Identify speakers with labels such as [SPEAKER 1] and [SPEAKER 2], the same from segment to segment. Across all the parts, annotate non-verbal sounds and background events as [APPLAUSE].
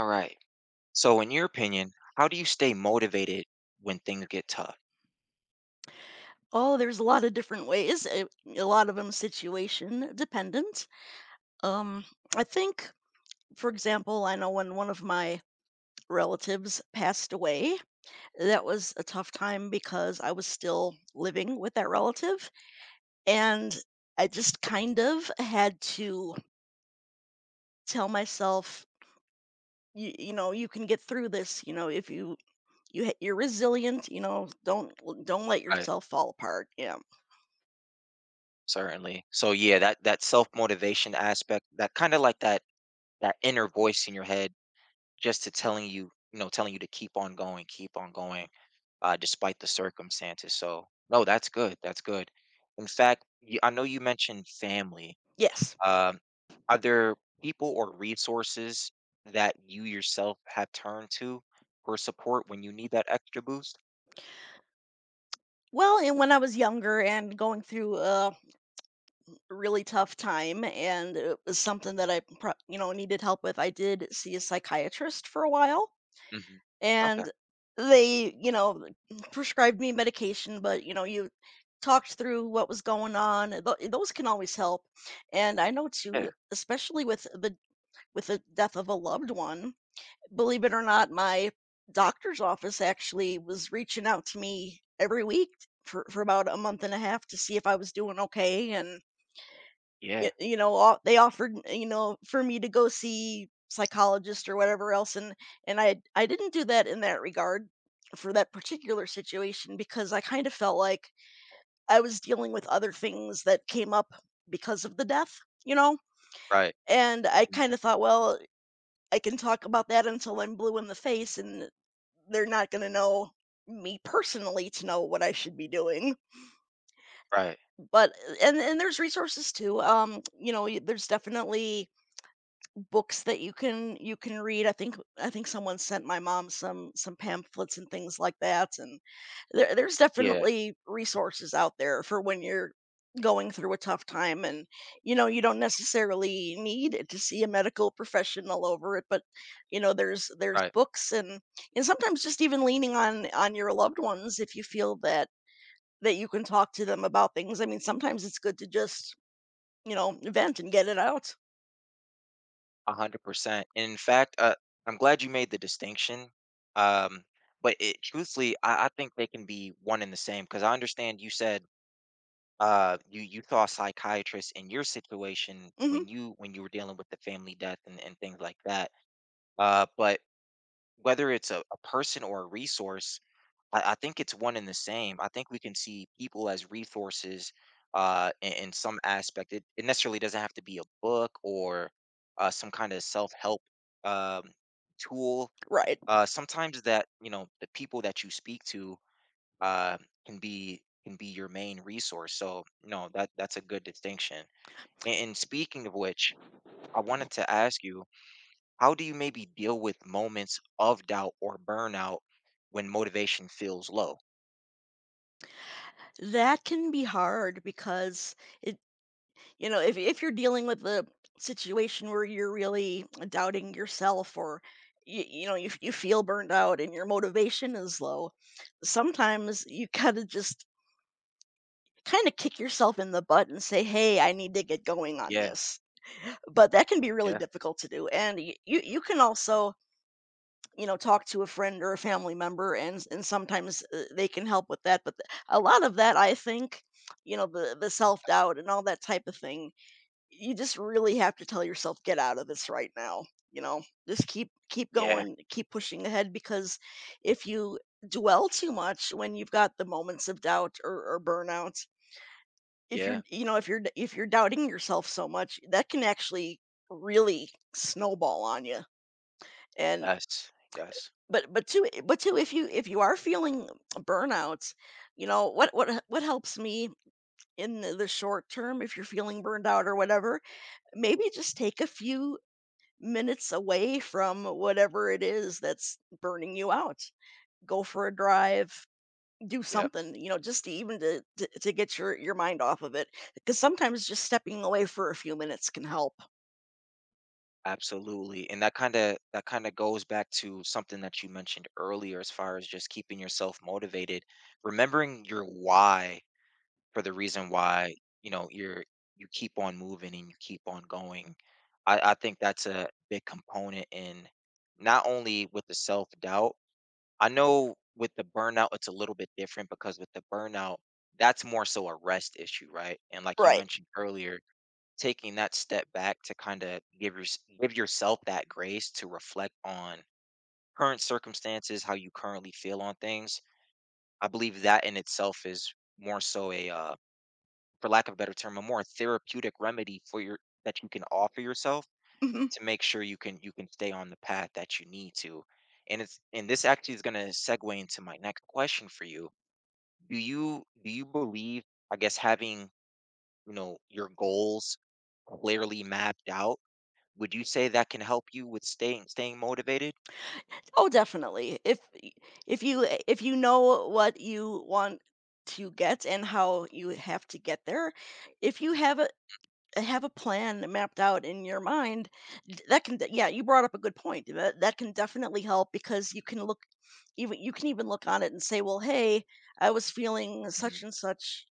[SPEAKER 1] All right. So, in your opinion, how do you stay motivated when things get tough?
[SPEAKER 2] Oh, there's a lot of different ways. A lot of them situation dependent. Um, I think, for example, I know when one of my relatives passed away, that was a tough time because I was still living with that relative. And I just kind of had to tell myself, you know, you can get through this. You know, if you you're resilient, you know, don't let
[SPEAKER 1] Right.
[SPEAKER 2] yourself fall apart. Yeah.
[SPEAKER 1] Certainly. So, yeah, that self motivation aspect, that kind of like that inner voice in your head, just to telling you to keep on going, despite the circumstances. So, no, that's good. That's good. In fact, I know you mentioned family.
[SPEAKER 2] Yes.
[SPEAKER 1] Um, are there people or resources that you yourself have turned to for support when you need that extra boost?
[SPEAKER 2] Well, and when I was younger and going through really tough time and it was something that you know needed help with. I did see a psychiatrist for a while
[SPEAKER 1] Mhm. Okay.
[SPEAKER 2] and they, you know, prescribed me medication, but you know, you talked through what was going on. And those can always help. And I know too,
[SPEAKER 1] Yeah.
[SPEAKER 2] especially with the death of a loved one, believe it or not, my doctor's office actually was reaching out to me every week for about a month and a half to see if I was doing okay. And
[SPEAKER 1] Yeah.
[SPEAKER 2] Y you know, o they offered, you know, for me to go see psychologist or whatever else, and I didn't do that in that regard for that particular situation because I kind of felt like I was dealing with other things that came up because of the death, you know?
[SPEAKER 1] Right.
[SPEAKER 2] And I
[SPEAKER 1] Mhm.
[SPEAKER 2] kind of thought, "Well, I can talk about that until I'm blue in the face, and they're not gonna know me personally to know what I should be doing."
[SPEAKER 1] Right.
[SPEAKER 2] But and there's resources too, you know, y there's definitely books that you can read. I think someone sent my mom some pamphlets and things like that, and there's
[SPEAKER 1] Yeah.
[SPEAKER 2] definitely resources out there for when you're going through a tough time. And you know you don't necessarily need to see a medical professional over it, but you know there's
[SPEAKER 1] Right.
[SPEAKER 2] books. And sometimes just even leaning on your loved ones, if you feel that that you can talk to them about things. I mean, sometimes it's good to just you know vent and get it out.
[SPEAKER 1] 100%. And in fact, I'm glad you made the distinction. Um, but it truthfully, I think they can be one and the same because I understand you said you saw a psychiatrist in your situation
[SPEAKER 2] Hmm.
[SPEAKER 1] when you were dealing with the family death and things like that. But whether it's a person or a resource, I think it's one and the same. I think we can see people as resources in some aspect. It necessarily doesn't have to be a book or some kind of self help um, tool.
[SPEAKER 2] Right.
[SPEAKER 1] Sometimes that the people that you speak to uh, can be your main resource. So no, that's a good distinction. And speaking of which, I wanted to ask you, how do you maybe deal with moments of doubt or burnout when motivation feels low?
[SPEAKER 2] That can be hard because it, you know, if you're dealing with a situation where you're really doubting yourself, or you know, you feel burned out and your motivation is low, sometimes you gotta just kind of kick yourself in the butt and say, "Hey, I need to get going on
[SPEAKER 1] Yeah,
[SPEAKER 2] this." But that can be really
[SPEAKER 1] yeah.
[SPEAKER 2] difficult to do, and you you can also you know talk to a friend or a family member, and sometimes they can help with that. But a lot of that, I think, you know, the self doubt and all that type of thing, you just really have to tell yourself, get out of this right now. You know, just keep
[SPEAKER 1] Yeah,
[SPEAKER 2] going, keep pushing ahead, because if you dwell too much when you've got the moments of doubt, or burnout, if you're
[SPEAKER 1] yeah,
[SPEAKER 2] you know if you're doubting yourself so much, that can actually really snowball on you. And
[SPEAKER 1] yes, yes,
[SPEAKER 2] but too, if you are feeling burnout, you know, what what helps me in the short term, if you're feeling burned out or whatever, maybe just take a few minutes away from whatever it is that's burning you out. Go for a drive, do
[SPEAKER 1] yep,
[SPEAKER 2] something, you know, just to even to get your mind off of it. Because sometimes just stepping away for a few minutes can help.
[SPEAKER 1] absolutely, and that kinda goes back to something that you mentioned earlier as far as just keeping yourself motivated, remembering your why for the reason why, you know, you're you keep on moving and you keep on going. I think that's a big component in not only with the self-doubt, I know with the burnout, it's a little bit different because with the burnout, that's more so a rest issue, right? And like you
[SPEAKER 2] Right.
[SPEAKER 1] mentioned earlier taking that step back to kind of give yourself that grace to reflect on current circumstances, how you currently feel on things. I believe that in itself is more so for lack of a better term, a more therapeutic remedy for your that you can offer yourself
[SPEAKER 2] Mhm.
[SPEAKER 1] to make sure you can stay on the path that you need to. And this actually is going to segue into my next question for you. Do you believe, I guess, having your goals clearly mapped out. Would you say that can help you with staying motivated?
[SPEAKER 2] Oh, definitely. If if you know what you want to get and how you have to get there, if you have a plan mapped out in your mind, yeah, you brought up a good point. That that can definitely help because you can look, even you can even look on it and say, well, hey, I was feeling such
[SPEAKER 1] Mhm.
[SPEAKER 2] and such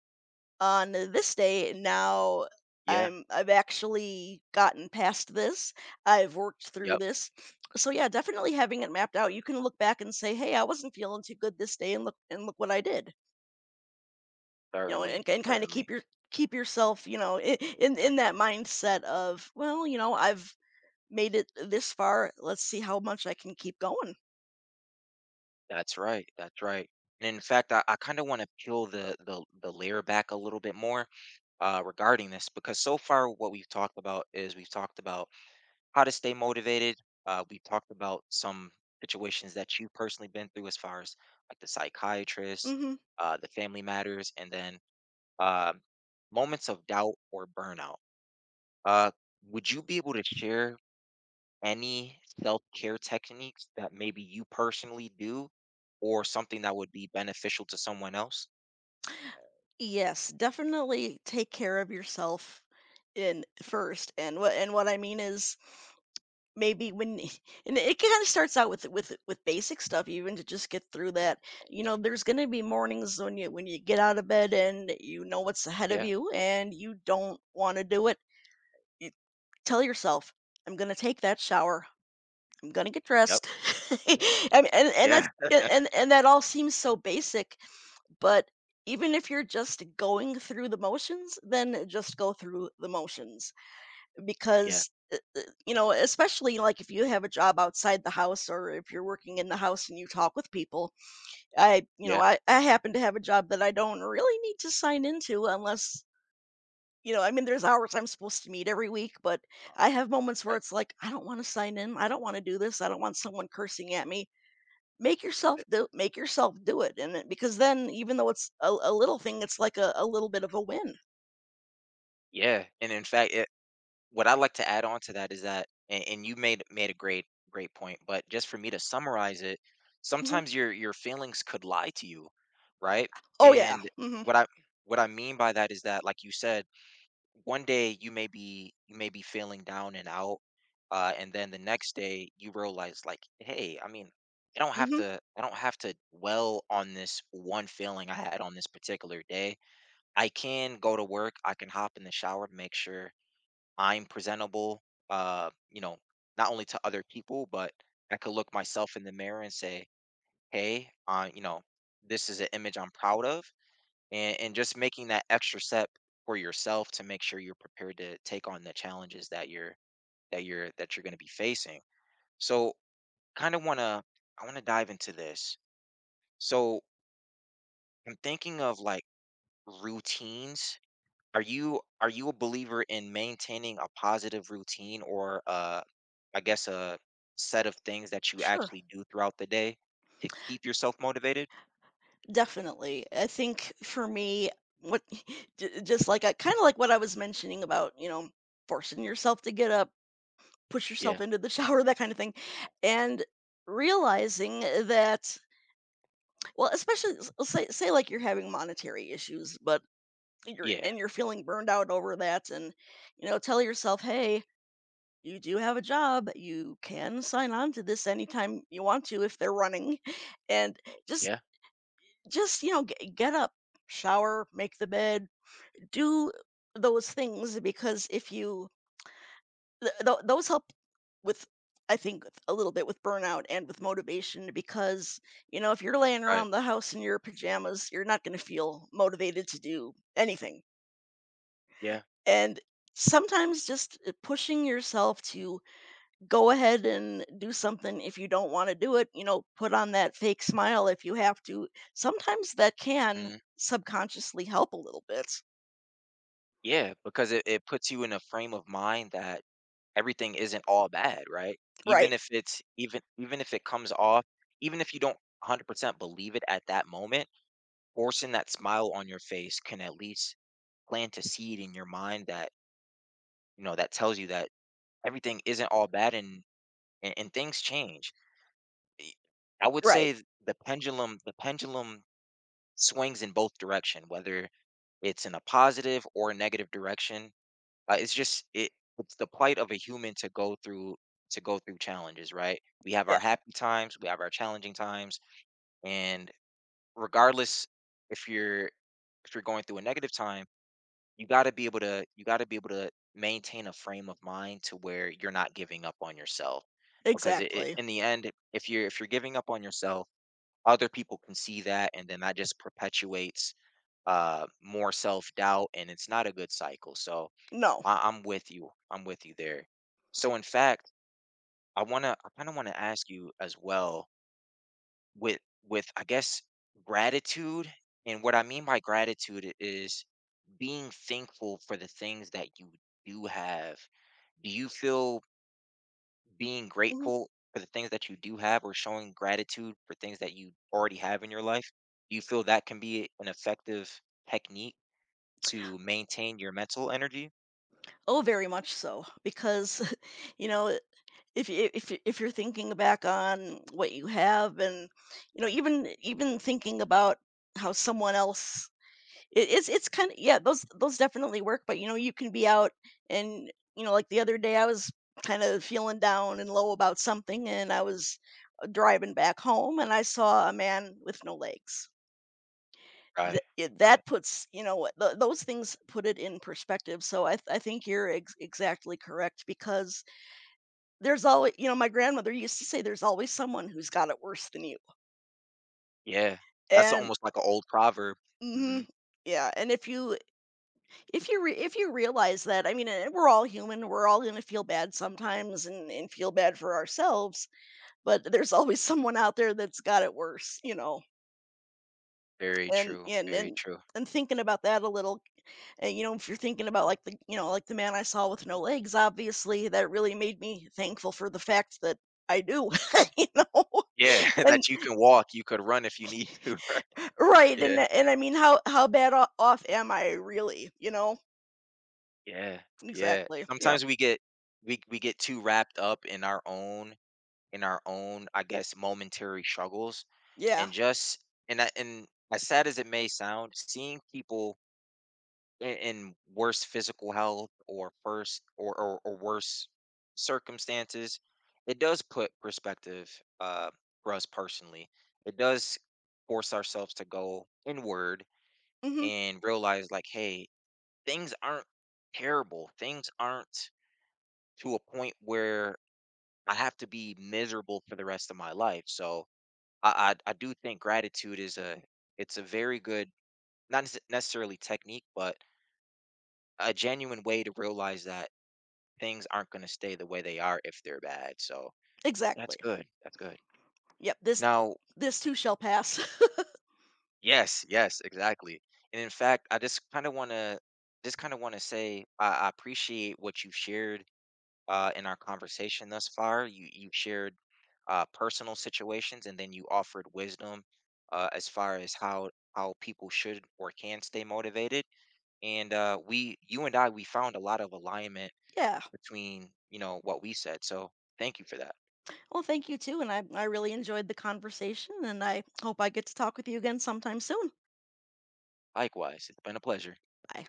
[SPEAKER 2] on this day. Now
[SPEAKER 1] Yeah.
[SPEAKER 2] I've actually gotten past this, I've worked through
[SPEAKER 1] Yep.
[SPEAKER 2] this. So yeah, definitely having it mapped out, you can look back and say, hey, I wasn't feeling too good this day, and look what I did, you know.
[SPEAKER 1] Certainly.
[SPEAKER 2] And kind of
[SPEAKER 1] Certainly.
[SPEAKER 2] keep your keep yourself you know in that mindset of, well, you know, I've made it this far, let's see how much I can keep going.
[SPEAKER 1] That's right. That's right. And in fact, I kind of want to peel the layer back a little bit more regarding this, because so far what we've talked about is we've talked about how to stay motivated. We've talked about some situations that you've personally been through, as far as like the psychiatrist,
[SPEAKER 2] Hmm.
[SPEAKER 1] the family matters, and then uh, moments of doubt or burnout. Uh, would you be able to share any self-care techniques that maybe you personally do or something that would be beneficial to someone else?
[SPEAKER 2] Yes, definitely take care of yourself in first. And what and what I mean is maybe when [LAUGHS] and it kind of starts out with with basic stuff, even to just get through that. You know, there's going to be mornings when you get out of bed and you know what's ahead of
[SPEAKER 1] Yeah.
[SPEAKER 2] you and you don't want to do it. You tell yourself, I'm going to take that shower, I'm going to get
[SPEAKER 1] Yep.
[SPEAKER 2] dressed. [LAUGHS] I mean, and
[SPEAKER 1] Yeah.
[SPEAKER 2] that's and that all seems so basic, but even if you're just going through the motions, then just go through the motions
[SPEAKER 1] Yeah.
[SPEAKER 2] because you know, especially like if you have a job outside the house or if you're working in the house and you talk with people. I you know
[SPEAKER 1] Yeah.
[SPEAKER 2] I happen to have a job that I don't really need to sign into unless you know I mean there's hours I'm supposed to meet every week, but I have moments
[SPEAKER 1] I-
[SPEAKER 2] where it's like, I don't want to sign in, I don't want to do this, I don't want someone cursing at me.
[SPEAKER 1] I-
[SPEAKER 2] Make yourself do it. And because then, even though it's a little thing, it's like a little bit of a win.
[SPEAKER 1] Yeah. And in fact, what I like to add on to that is that, and you made a great point, but just for me to summarize it,
[SPEAKER 2] Mhm.
[SPEAKER 1] sometimes your feelings could lie to you, right?
[SPEAKER 2] Oh yeah.
[SPEAKER 1] And
[SPEAKER 2] Hmm.
[SPEAKER 1] what I what I mean by that is that, like you said, one day you may be feeling down and out, and then the next day you realize, like, hey, I mean, i don't have
[SPEAKER 2] Hmm.
[SPEAKER 1] to i don't have to dwell on this one feeling I had on this particular day. I can go to work, I can hop in the shower, make sure I'm presentable, uh you know not only to other people, but I could look myself in the mirror and say hey, this is an image I'm proud of, and just making that extra step for yourself to make sure you're prepared to take on the challenges that you're going to be facing. So kind of want to I want to dive into this. So I'm thinking of like routines. Are you a believer in maintaining a positive routine, or I guess a set of things that you
[SPEAKER 2] Sure.
[SPEAKER 1] actually do throughout the day to keep yourself motivated?
[SPEAKER 2] Definitely. I think for me, what [LAUGHS] just like I kind of like what I was mentioning about, you know, forcing yourself to get up, push yourself
[SPEAKER 1] Yeah.
[SPEAKER 2] into the [LAUGHS] shower, that kind of thing, and realizing that, well, especially say like you're having monetary issues, but
[SPEAKER 1] Yeah.
[SPEAKER 2] you're feeling burned out over that. And you know, tell yourself, hey, you do have a job. You can sign on to this anytime you want to if they're running, [LAUGHS] and just
[SPEAKER 1] Yeah.
[SPEAKER 2] just you know get up, shower, make the bed, do those things, because if you those help with I think a little bit with burnout and with motivation, because you know, if you're laying
[SPEAKER 1] Right.
[SPEAKER 2] around the house in your pajamas, you're not going to feel motivated to do anything.
[SPEAKER 1] Yeah.
[SPEAKER 2] And sometimes just pushing yourself to go ahead and do something, if you don't want to do it, you know, put on that fake smile if you have to. Sometimes that can subconsciously help a little bit.
[SPEAKER 1] Yeah, because it puts you in a frame of mind that everything isn't all bad, right?
[SPEAKER 2] Right.
[SPEAKER 1] Even if it comes off, even if you don't 100% believe it at that moment, forcing that smile on your face can at least plant a seed in your mind that tells you that everything isn't all bad and, and things change. Y- I would
[SPEAKER 2] Right.
[SPEAKER 1] say the pendulum swings in both direction, whether it's in a positive or a negative direction. It's just it It's the plight of a human to go through, challenges, right? We have our
[SPEAKER 2] Yeah.
[SPEAKER 1] happy times, we have our challenging times, and regardless, if you're if you're going through a negative time, you got to be able to maintain a frame of mind to where you're not giving up on yourself, because
[SPEAKER 2] Exactly.
[SPEAKER 1] in the end if you're giving up on yourself, other people can see that, and then that just perpetuates more self-doubt, and it's not a good cycle. So
[SPEAKER 2] No.
[SPEAKER 1] I'm with you. I'm with you there. So in fact, I wanna I kinda wanna ask you as well with I guess gratitude. And what I mean by gratitude is being thankful for the things that you do have. Do you feel being
[SPEAKER 2] Mhm.
[SPEAKER 1] grateful for the things that you do have, or showing gratitude for things that you already have in your life? Do you feel that can be an effective technique to maintain your mental energy?
[SPEAKER 2] Oh, very much so, because [LAUGHS] you know, if you're thinking back on what you have. And you know, even even thinking about how someone else it's it's kinda, yeah, those definitely work. But, you know, you can be out, and, you know, like the other day, I was kind of feeling down and low about something, and I was, driving back home, and I saw a man with no legs. Th
[SPEAKER 1] Right.
[SPEAKER 2] it
[SPEAKER 1] Right.
[SPEAKER 2] That puts, you know, what- th those things put it in perspective. So I think you're ex exactly correct, because there's always, you know, my grandmother used to say, "There's always someone who's got it worse than you."
[SPEAKER 1] Yeah, that's
[SPEAKER 2] And
[SPEAKER 1] almost like an old proverb. Mhm.
[SPEAKER 2] Mhm. Yeah, and if you if you re if you realize that, I mean, we're all human, we're all gonna feel bad sometimes and feel bad for ourselves, but there's [LAUGHS] always someone out there that's got it worse, you know?
[SPEAKER 1] Very
[SPEAKER 2] And
[SPEAKER 1] true,
[SPEAKER 2] and
[SPEAKER 1] very
[SPEAKER 2] and
[SPEAKER 1] true.
[SPEAKER 2] and thinking about that a little, and, you know, if you're thinking about, like, the you know, like, the man I saw with no legs, obviously, that really made me thankful for the fact that I do, [LAUGHS] you know? [LAUGHS]
[SPEAKER 1] Yeah, [LAUGHS]
[SPEAKER 2] And
[SPEAKER 1] that you can walk, you could run if you need to, [LAUGHS] right?
[SPEAKER 2] Right,
[SPEAKER 1] Yeah,
[SPEAKER 2] and, I mean, how bad o off am I really, you know?
[SPEAKER 1] yeah, yeah.
[SPEAKER 2] Exactly, yep.
[SPEAKER 1] Sometimes we get too wrapped up in our own, I guess, momentary struggles.
[SPEAKER 2] Yeah,
[SPEAKER 1] And just and I and as sad as it may sound, seeing people in worse physical health or first or worse circumstances, it does put perspective, uh, for us personally. It does force ourselves to go inward
[SPEAKER 2] mhm,
[SPEAKER 1] and realize, like, hey, things aren't terrible. Things aren't to a point where I have to be miserable for the rest of my life. So I do think gratitude is a it's a very good, not nece- necessarily, technique, but a genuine way to realize that things aren't going to stay the way they are if they're bad. So that's
[SPEAKER 2] exactly.
[SPEAKER 1] good. That's good.
[SPEAKER 2] Yep, this
[SPEAKER 1] Now,
[SPEAKER 2] this too shall pass. [LAUGHS]
[SPEAKER 1] yes, yes, exactly. And in fact, I just kind of want to say I appreciate what you've shared, in our conversation thus far. You shared, personal situations, and then you offered wisdom, as far as how people should or can stay motivated. And we, you and I, we found a lot of alignment
[SPEAKER 2] Yeah.
[SPEAKER 1] between what we said. So thank you for that.
[SPEAKER 2] Well, thank you too, and I really enjoyed the conversation, and I hope I get to talk with you again sometime soon.
[SPEAKER 1] Likewise, it's been a pleasure.
[SPEAKER 2] Bye.